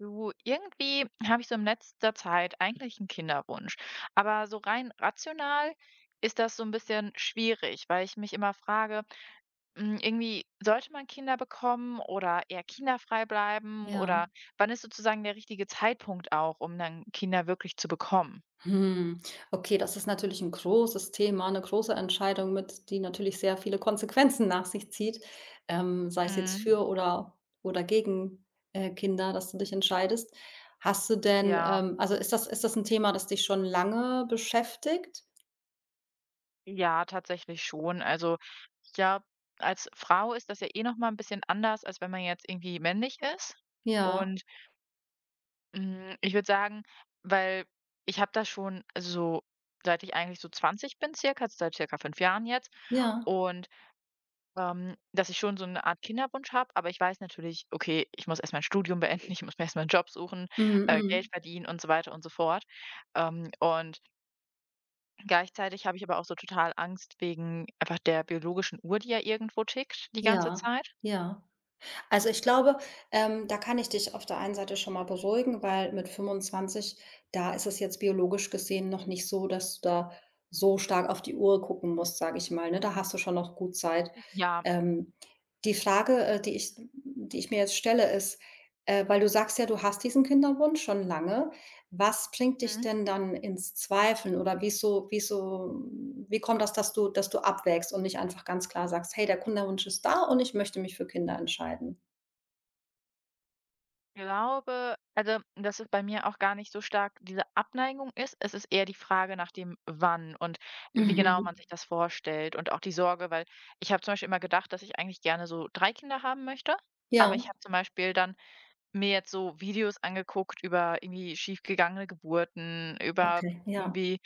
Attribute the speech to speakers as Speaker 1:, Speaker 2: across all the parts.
Speaker 1: Du, irgendwie habe ich so in letzter Zeit eigentlich einen Kinderwunsch. Aber so rein rational ist das so ein bisschen schwierig, weil ich mich immer frage, irgendwie sollte man Kinder bekommen oder eher kinderfrei bleiben
Speaker 2: Ja.
Speaker 1: oder wann ist sozusagen der richtige Zeitpunkt auch, um dann Kinder wirklich zu bekommen?
Speaker 2: Hm. Okay, das ist natürlich ein großes Thema, eine große Entscheidung mit, die natürlich sehr viele Konsequenzen nach sich zieht, sei es jetzt
Speaker 1: Mhm.
Speaker 2: für oder gegen, Kinder, dass du dich entscheidest. Hast du denn
Speaker 1: Ja,
Speaker 2: also, ist das ein Thema, das dich schon lange beschäftigt?
Speaker 1: ja, tatsächlich schon. Also ich glaube, als Frau ist das ja eh noch mal ein bisschen anders, als wenn man jetzt irgendwie männlich ist.
Speaker 2: Ja,
Speaker 1: Und ich würde sagen, weil ich habe das schon also so, seit ich eigentlich so 20 bin circa, also seit circa 5 Jahren jetzt
Speaker 2: ja.
Speaker 1: und, dass ich schon so eine Art Kinderwunsch habe, aber ich weiß natürlich, okay, ich muss erst mein Studium beenden, ich muss mir erst mal einen Job suchen,
Speaker 2: Mhm,
Speaker 1: Geld
Speaker 2: mhm.
Speaker 1: verdienen und so weiter und so fort. Und gleichzeitig habe ich aber auch so total Angst wegen einfach der biologischen Uhr, die ja irgendwo tickt die ganze
Speaker 2: Ja,
Speaker 1: Zeit.
Speaker 2: ja. Also, ich glaube, da kann ich dich auf der einen Seite schon mal beruhigen, weil mit 25 da ist es jetzt biologisch gesehen noch nicht so, dass du da so stark auf die Uhr gucken musst, sage ich mal, ne? Da hast du schon noch gut Zeit.
Speaker 1: Ja.
Speaker 2: Ähm, die Frage, die ich mir jetzt stelle, ist, weil du sagst ja, du hast diesen Kinderwunsch schon lange. Was bringt dich
Speaker 1: Mhm.
Speaker 2: denn dann ins Zweifeln oder wie kommt das, dass du abwägst und nicht einfach ganz klar sagst: „Hey, der Kinderwunsch ist da und ich möchte mich für Kinder entscheiden?“
Speaker 1: Glaube, also, dass es bei mir auch gar nicht so stark diese Abneigung ist. Es ist eher die Frage nach dem Wann und wie genau man
Speaker 2: Mhm.
Speaker 1: sich das vorstellt und auch die Sorge, weil ich habe zum Beispiel immer gedacht, dass ich eigentlich gerne so 3 Kinder haben möchte. Aber ich
Speaker 2: Ja,
Speaker 1: habe zum Beispiel dann mir jetzt so Videos angeguckt über irgendwie schiefgegangene Geburten, über
Speaker 2: okay, ja.
Speaker 1: irgendwie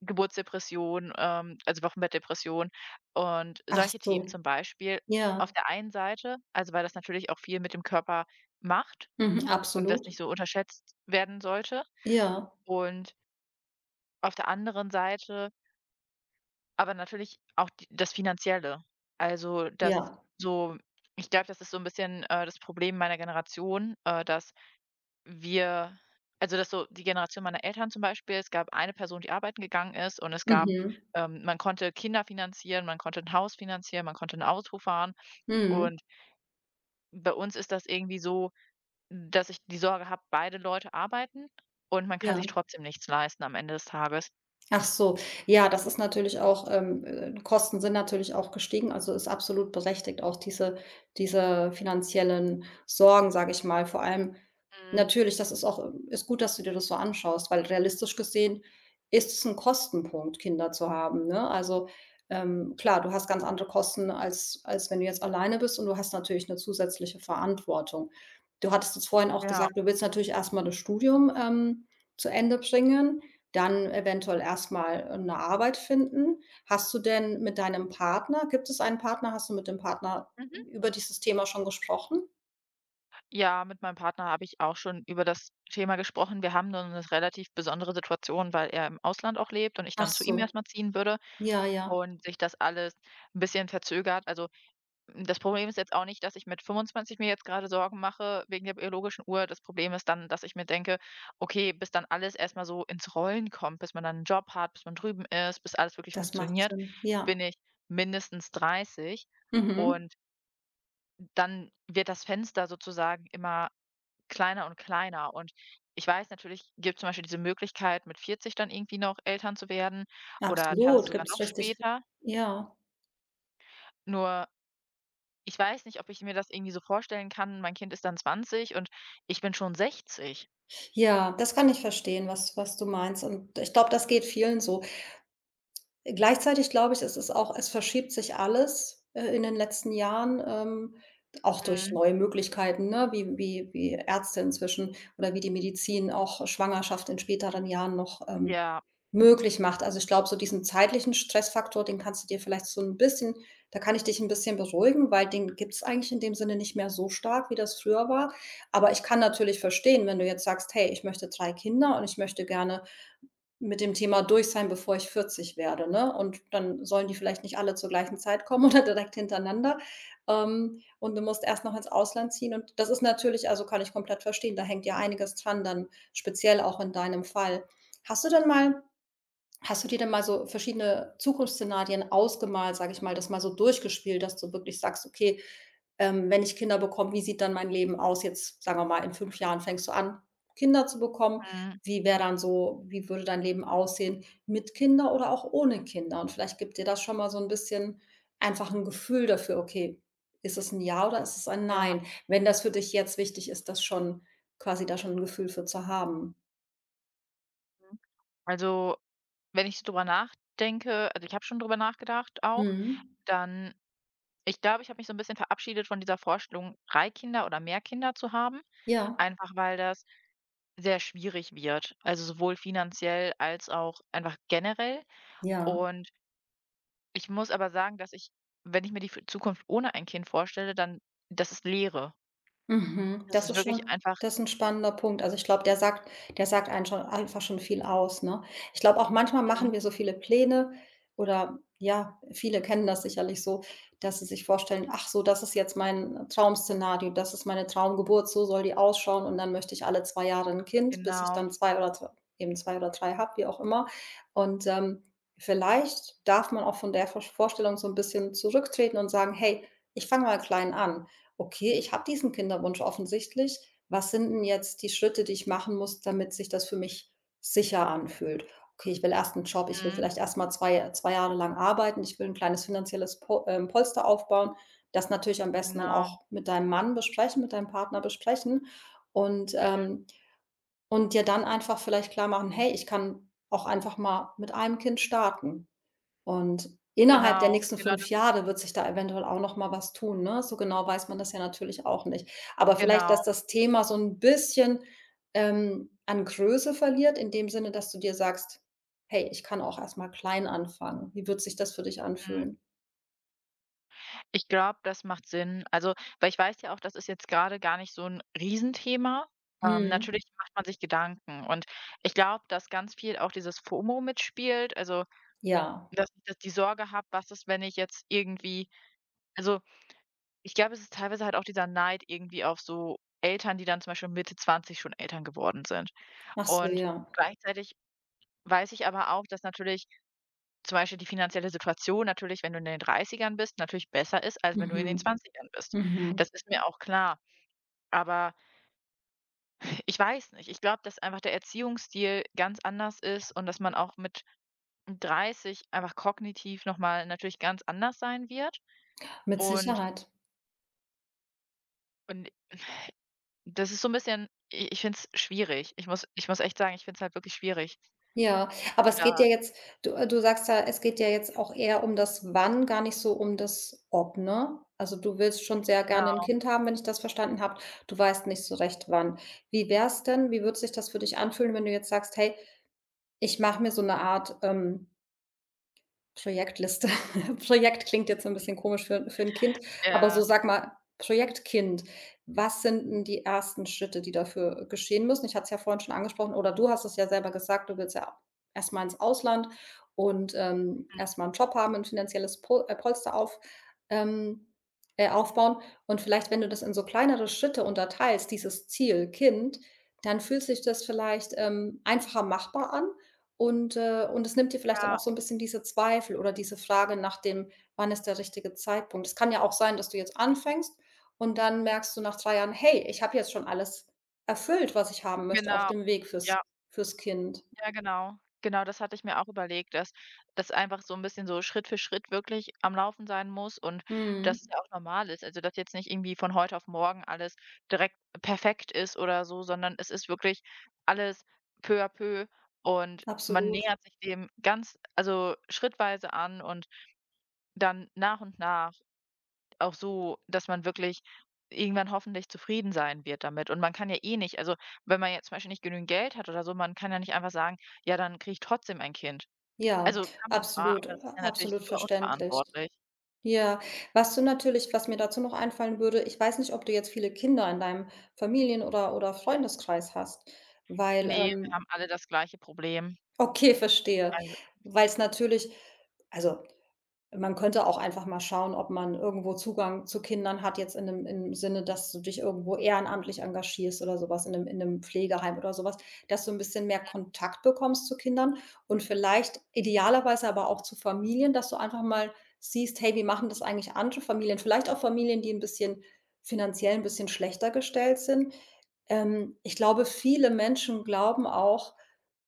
Speaker 1: Geburtsdepression, also Wochenbettdepression und
Speaker 2: Ach
Speaker 1: solche Themen
Speaker 2: so,
Speaker 1: zum Beispiel.
Speaker 2: ja.
Speaker 1: Auf der einen Seite, also weil das natürlich auch viel mit dem Körper macht,
Speaker 2: Mhm,
Speaker 1: und das
Speaker 2: absolut.
Speaker 1: nicht so unterschätzt werden sollte.
Speaker 2: Ja,
Speaker 1: Und auf der anderen Seite aber natürlich auch d das Finanzielle. Also, dass
Speaker 2: ja.
Speaker 1: so ich glaube, das ist so ein bisschen, das Problem meiner Generation, dass wir also, dass so die Generation meiner Eltern zum Beispiel es gab eine Person, die arbeiten gegangen ist und es gab
Speaker 2: Mhm.
Speaker 1: man konnte Kinder finanzieren, man konnte ein Haus finanzieren, man konnte ein Auto fahren.
Speaker 2: Mhm.
Speaker 1: Und bei uns ist das irgendwie so, dass ich die Sorge habe, beide Leute arbeiten und man kann sich
Speaker 2: Ja.
Speaker 1: trotzdem nichts leisten am Ende des Tages.
Speaker 2: Ach so, ja, das ist natürlich auch Kosten sind natürlich auch gestiegen, also ist absolut berechtigt auch diese finanziellen Sorgen, sage ich mal. Vor allem
Speaker 1: Mhm.
Speaker 2: natürlich, das ist auch ist gut, dass du dir das so anschaust, weil realistisch gesehen ist es ein Kostenpunkt, Kinder zu haben, ne? Also, klar, du hast ganz andere Kosten, als als wenn du jetzt alleine bist und du hast natürlich eine zusätzliche Verantwortung. Du hattest jetzt vorhin auch
Speaker 1: Ja.
Speaker 2: gesagt, du willst natürlich erstmal das Studium, zu Ende bringen, dann eventuell erstmal eine Arbeit finden. Hast du denn mit deinem Partner Gibt es einen Partner? Hast du mit dem Partner
Speaker 1: Mhm.
Speaker 2: über dieses Thema schon gesprochen?
Speaker 1: Ja, mit meinem Partner habe ich auch schon über das Thema gesprochen. Wir haben nur eine relativ besondere Situation, weil er im Ausland auch lebt und ich
Speaker 2: Ach
Speaker 1: dann zu ihm
Speaker 2: so,
Speaker 1: erstmal ziehen würde
Speaker 2: ja, ja,
Speaker 1: und sich das alles ein bisschen verzögert. Also das Problem ist jetzt auch nicht, dass ich mit 25 mir jetzt gerade Sorgen mache wegen der biologischen Uhr. Das Problem ist dann, dass ich mir denke: „Okay, bis dann alles erst mal so ins Rollen kommt, bis man dann einen Job hat, bis man drüben ist, bis alles wirklich
Speaker 2: das macht
Speaker 1: funktioniert,
Speaker 2: Sinn. Ja,
Speaker 1: bin ich mindestens 30.“
Speaker 2: mhm.
Speaker 1: Und dann wird das Fenster sozusagen immer kleiner und kleiner. Und ich weiß, natürlich gibt zum Beispiel diese Möglichkeit, mit 40 dann irgendwie noch Eltern zu werden oder teilweise
Speaker 2: Absolut,
Speaker 1: sogar
Speaker 2: gibt es,
Speaker 1: noch
Speaker 2: richtig,
Speaker 1: später.
Speaker 2: ja.
Speaker 1: Nur ich weiß nicht, ob ich mir das irgendwie so vorstellen kann. Mein Kind ist dann 20 und ich bin schon 60.
Speaker 2: Ja, das kann ich verstehen, was du meinst und ich glaube, das geht vielen so. Gleichzeitig glaube ich, es ist auch, es verschiebt sich alles, in den letzten Jahren, auch durch
Speaker 1: Mhm.
Speaker 2: neue Möglichkeiten, ne, wie Ärzte inzwischen oder wie die Medizin auch Schwangerschaft in späteren Jahren noch,
Speaker 1: Ja,
Speaker 2: möglich macht. Also, ich glaube, so diesen zeitlichen Stressfaktor, den kannst du dir vielleicht so ein bisschen, da kann ich dich ein bisschen beruhigen, weil den gibt es eigentlich in dem Sinne nicht mehr so stark, wie das früher war. Aber ich kann natürlich verstehen, wenn du jetzt sagst: „Hey, ich möchte 3 Kinder und ich möchte gerne mit dem Thema durch sein, bevor ich 40 werde, ne? Und dann sollen die vielleicht nicht alle zur gleichen Zeit kommen oder direkt hintereinander. Und du musst erst noch ins Ausland ziehen. Und das ist natürlich, also, kann ich komplett verstehen, da hängt ja einiges dran dann, speziell auch in deinem Fall. Hast du denn mal Hast du dir denn mal so verschiedene Zukunftsszenarien ausgemalt, sage ich mal, das mal so durchgespielt, dass du wirklich sagst: „Okay, wenn ich Kinder bekomme, wie sieht dann mein Leben aus?“ Jetzt sagen wir mal, in 5 Jahren fängst du an, Kinder zu bekommen.
Speaker 1: mhm.
Speaker 2: Wie wäre dann so, wie würde dein Leben aussehen mit Kinder oder auch ohne Kinder? Und vielleicht gibt dir das schon mal so ein bisschen einfach ein Gefühl dafür: „Okay, ist es ein Ja oder ist es ein
Speaker 1: Ja.
Speaker 2: Nein?“ Wenn das für dich jetzt wichtig ist, das schon quasi, da schon ein Gefühl für zu haben.
Speaker 1: Mhm. Also, wenn ich so drüber nachdenke also, ich habe schon drüber nachgedacht auch,
Speaker 2: Mhm.
Speaker 1: dann ich glaube, ich habe mich so ein bisschen verabschiedet von dieser Vorstellung, 3 Kinder oder mehr Kinder zu haben,
Speaker 2: Ja,
Speaker 1: einfach weil das sehr schwierig wird, also, sowohl finanziell als auch einfach generell.
Speaker 2: ja.
Speaker 1: Und ich muss aber sagen, dass ich, wenn ich mir die f Zukunft ohne ein Kind vorstelle, dann das ist Leere.
Speaker 2: Mhm,
Speaker 1: Das
Speaker 2: das
Speaker 1: ist
Speaker 2: ist
Speaker 1: wirklich
Speaker 2: schon,
Speaker 1: einfach.
Speaker 2: das ist ein spannender Punkt. Also, ich glaube, der sagt einen schon einfach schon viel aus, ne? Ich glaube auch, manchmal machen
Speaker 1: Mhm,
Speaker 2: wir so viele Pläne oder ja, viele kennen das sicherlich so, dass sie sich vorstellen: „Ach so, das ist jetzt mein Traum-Szenario, das ist meine Traumgeburt, so soll die ausschauen und dann möchte ich alle 2 Jahre ein Kind, bis ich
Speaker 1: genau,
Speaker 2: dann 2 oder dr eben 2 oder 3 habe“, wie auch immer. Und, vielleicht darf man auch von der Vorstellung so ein bisschen zurücktreten und sagen: „Hey, ich fange mal klein an.“ Okay, ich habe diesen Kinderwunsch offensichtlich. Was sind 'n jetzt die Schritte, die ich machen muss, damit sich das für mich sicher anfühlt? Okay, ich will erst einen Job, ich will
Speaker 1: mhm,
Speaker 2: vielleicht erst mal 2 2 Jahre lang arbeiten, ich will ein kleines finanzielles Po Polster aufbauen. Das natürlich am besten dann
Speaker 1: genau,
Speaker 2: auch mit deinem Mann besprechen, mit deinem Partner besprechen und, ähm und dir dann einfach vielleicht klar machen: „Hey, ich kann auch einfach mal mit einem Kind starten.“ Und innerhalb der
Speaker 1: genau,
Speaker 2: nächsten
Speaker 1: genau, das,
Speaker 2: 5 Jahre wird sich da eventuell auch noch mal was tun, ne? So genau weiß man das ja natürlich auch nicht. Aber vielleicht,
Speaker 1: genau,
Speaker 2: dass das Thema so 'n bisschen, an Größe verliert in dem Sinne, dass du dir sagst: „Hey, ich kann auch erst mal klein anfangen. Wie wird sich das für dich
Speaker 1: mhm.
Speaker 2: anfühlen?“
Speaker 1: Ich glaube, das macht Sinn. Also, weil ich weiß ja auch, das ist jetzt grade gar nicht so 'n Riesenthema.
Speaker 2: Mhm.
Speaker 1: Natürlich macht man sich Gedanken und ich glaube, dass ganz viel auch dieses FOMO mitspielt, also,
Speaker 2: Ja.
Speaker 1: dass ich da die Sorge habe: „Was ist, wenn ich jetzt irgendwie“, also, ich glaube, es ist teilweise halt auch dieser Neid irgendwie auf so Eltern, die dann zum Beispiel Mitte 20 schon Eltern geworden sind
Speaker 2: Ach so,
Speaker 1: und
Speaker 2: ja.
Speaker 1: gleichzeitig weiß ich aber auch, dass natürlich zum Beispiel die finanzielle Situation natürlich, wenn du in den Dreißigern bist, natürlich besser ist, als wenn du in den
Speaker 2: Mhm.
Speaker 1: Zwanzigern bist.
Speaker 2: Mhm.
Speaker 1: Das ist mir auch klar. Aber ich weiß nicht, ich glaube, dass einfach der Erziehungsstil ganz anders ist und dass man auch mit 30 einfach kognitiv noch mal natürlich ganz anders sein wird.
Speaker 2: Mit
Speaker 1: Und
Speaker 2: Sicherheit.
Speaker 1: und das ist so ein bisschen i ich finde es schwierig. Ich muss echt sagen, ich finde es halt wirklich schwierig.
Speaker 2: Ja, aber
Speaker 1: Also,
Speaker 2: es geht
Speaker 1: da
Speaker 2: ja jetzt, du sagst ja, es geht ja jetzt auch eher um das Wann, gar nicht so um das Ob, ne? Also, du willst schon sehr gerne ein
Speaker 1: genau.
Speaker 2: Kind haben, wenn ich das verstanden habe. Du weißt nicht so recht wann. Wie wär's denn, wie würde sich das für dich anfühlen, wenn du jetzt sagst: „Hey, ich mache mir so eine Art, Projektliste. Projekt klingt jetzt so 'n bisschen komisch für 'n Kind, aber so,
Speaker 1: Ja,
Speaker 2: sag mal, Projektkind. Was sind 'n die ersten Schritte, die dafür geschehen müssen? Ich hatte es ja vorhin schon angesprochen oder du hast es ja selber gesagt, du willst ja erst mal ins Ausland und, erst mal 'n Job haben, 'n finanzielles Po Polster ähm, aufbauen. Und vielleicht, wenn du das in so kleinere Schritte unterteilst, dieses Ziel Kind, dann fühlt sich das vielleicht, einfacher machbar an und es nimmt dir vielleicht dann auch
Speaker 1: ja,
Speaker 2: so ein bisschen diese Zweifel oder diese Frage nach dem: „Wann ist der richtige Zeitpunkt?“ Es kann ja auch sein, dass du jetzt anfängst und dann merkst du nach 3 Jahren: „Hey, ich habe jetzt schon alles erfüllt, was ich haben möchte auf
Speaker 1: genau.
Speaker 2: dem Weg fürs
Speaker 1: Ja.
Speaker 2: fürs Kind.“
Speaker 1: Ja, genau. Genau, das hatte ich mir auch überlegt, dass das einfach so ein bisschen so Schritt für Schritt wirklich am Laufen sein muss und
Speaker 2: Mhm.
Speaker 1: dass es ja auch normal ist. Also, dass jetzt nicht irgendwie von heute auf morgen alles direkt perfekt ist oder so, sondern es ist wirklich alles peu à peu und man
Speaker 2: Absolut.
Speaker 1: nähert sich dem ganz also, schrittweise an und dann nach und nach auch so, dass man wirklich irgendwann hoffentlich zufrieden sein wird damit. Und man kann ja eh nicht, also wenn man jetzt zum Beispiel nicht genügend Geld hat oder so, man kann ja nicht einfach sagen, ja, dann kriege ich trotzdem ein Kind.
Speaker 2: Ja,
Speaker 1: Also kann man zwar, aber
Speaker 2: absolut,
Speaker 1: das ist
Speaker 2: a
Speaker 1: ja natürlich
Speaker 2: absolut
Speaker 1: super
Speaker 2: verständlich.
Speaker 1: unverantwortlich.
Speaker 2: Ja, was du natürlich, was mir dazu noch einfallen würde, ich weiß nicht, ob du jetzt viele Kinder in deinem Familien oder Freundeskreis hast, weil,
Speaker 1: Ne, wir haben alle das gleiche Problem.
Speaker 2: Okay, verstehe.
Speaker 1: Also
Speaker 2: Weil's natürlich, also, man könnte auch einfach mal schauen, ob man irgendwo Zugang zu Kindern hat, jetzt in dem im Sinne, dass du dich irgendwo ehrenamtlich engagierst oder sowas, in einem Pflegeheim oder sowas, dass du ein bisschen mehr Kontakt bekommst zu Kindern und vielleicht idealerweise aber auch zu Familien, dass du einfach mal siehst: „Hey, wie machen das eigentlich andere Familien?“ Vielleicht auch Familien, die ein bisschen, finanziell ein bisschen schlechter gestellt sind. Ich glaube, viele Menschen glauben auch,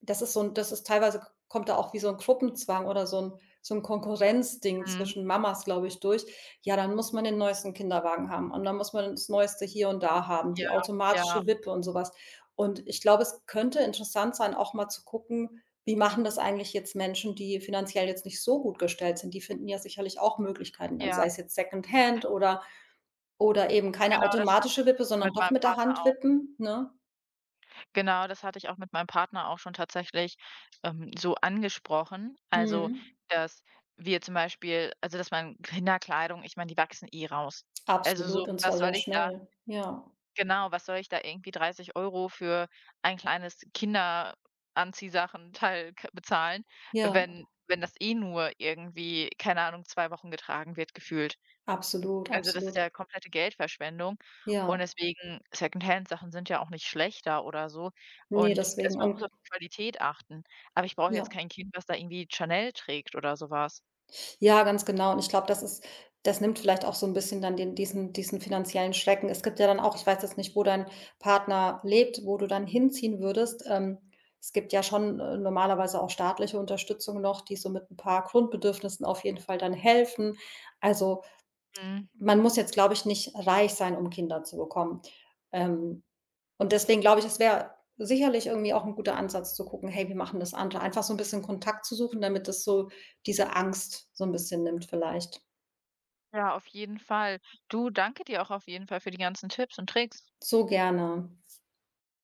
Speaker 2: das ist so ein, das ist teilweise, kommt da auch wie so ein Gruppenzwang oder so 'n Konkurrenzding
Speaker 1: mhm,
Speaker 2: zwischen Mamas, glaube ich, durch. Ja, dann muss man den neuesten Kinderwagen haben und dann muss man das Neueste hier und da haben,
Speaker 1: ja,
Speaker 2: die
Speaker 1: ja,
Speaker 2: automatische Wippe und so was. Und ich glaube, es könnte interessant sein, auch mal zu gucken, wie machen das eigentlich jetzt Menschen, die finanziell jetzt nicht so gut gestellt sind? Die finden ja sicherlich auch Möglichkeiten, dann, sei
Speaker 1: ja,
Speaker 2: es jetzt Secondhand oder eben keine
Speaker 1: genau, das hatte
Speaker 2: automatische
Speaker 1: ich
Speaker 2: Wippe, sondern
Speaker 1: mit
Speaker 2: doch
Speaker 1: meinem
Speaker 2: mit der
Speaker 1: Partner
Speaker 2: Hand
Speaker 1: auch.
Speaker 2: wippen, ne?
Speaker 1: Genau, das hatte ich auch mit meinem Partner auch schon tatsächlich, so angesprochen. Also,
Speaker 2: Mhm.
Speaker 1: dass wir zum Beispiel also, dass man Kinderkleidung ich meine, die wachsen eh raus. Also,
Speaker 2: Absolut,
Speaker 1: so,
Speaker 2: und zwar
Speaker 1: was
Speaker 2: sehr
Speaker 1: soll ich da
Speaker 2: schnell. Ja,
Speaker 1: genau, was soll ich da irgendwie 30 € für ein kleines Kinderanziehsachenteil k bezahlen,
Speaker 2: ja,
Speaker 1: wenn das eh nur irgendwie, keine Ahnung, 2 Wochen getragen wird gefühlt.
Speaker 2: absolut,
Speaker 1: Also, das ist
Speaker 2: absolut.
Speaker 1: ja komplette Geldverschwendung und
Speaker 2: Ja,
Speaker 1: deswegen Secondhand-Sachen sind ja auch nicht schlechter oder so
Speaker 2: ne,
Speaker 1: und es
Speaker 2: deswegen
Speaker 1: man muss
Speaker 2: und
Speaker 1: auf die Qualität achten. Aber ich brauche jetzt
Speaker 2: Ja.
Speaker 1: kein Kind, was da irgendwie Chanel trägt oder sowas.
Speaker 2: Ja, ganz genau. Und ich glaube, das ist, das nimmt vielleicht auch so 'n bisschen dann den diesen diesen finanziellen Schrecken. Es gibt ja dann auch, ich weiß jetzt nicht, wo dein Partner lebt, wo du dann hinziehen würdest. Es gibt ja schon, normalerweise auch staatliche Unterstützung noch, die so mit 'n paar Grundbedürfnissen auf jeden Fall dann helfen. Also,
Speaker 1: Mhm.
Speaker 2: man muss jetzt, glaube ich, nicht reich sein, um Kinder zu bekommen. Ähm. Und deswegen glaube ich, es wäre sicherlich irgendwie auch ein guter Ansatz zu gucken: „Hey, wie machen das andere?“ Einfach so ein bisschen Kontakt zu suchen, damit das so diese Angst so ein bisschen nimmt vielleicht.
Speaker 1: Ja, auf jeden Fall. Du, danke dir auch auf jeden Fall für die ganzen Tipps und Tricks.
Speaker 2: So gerne.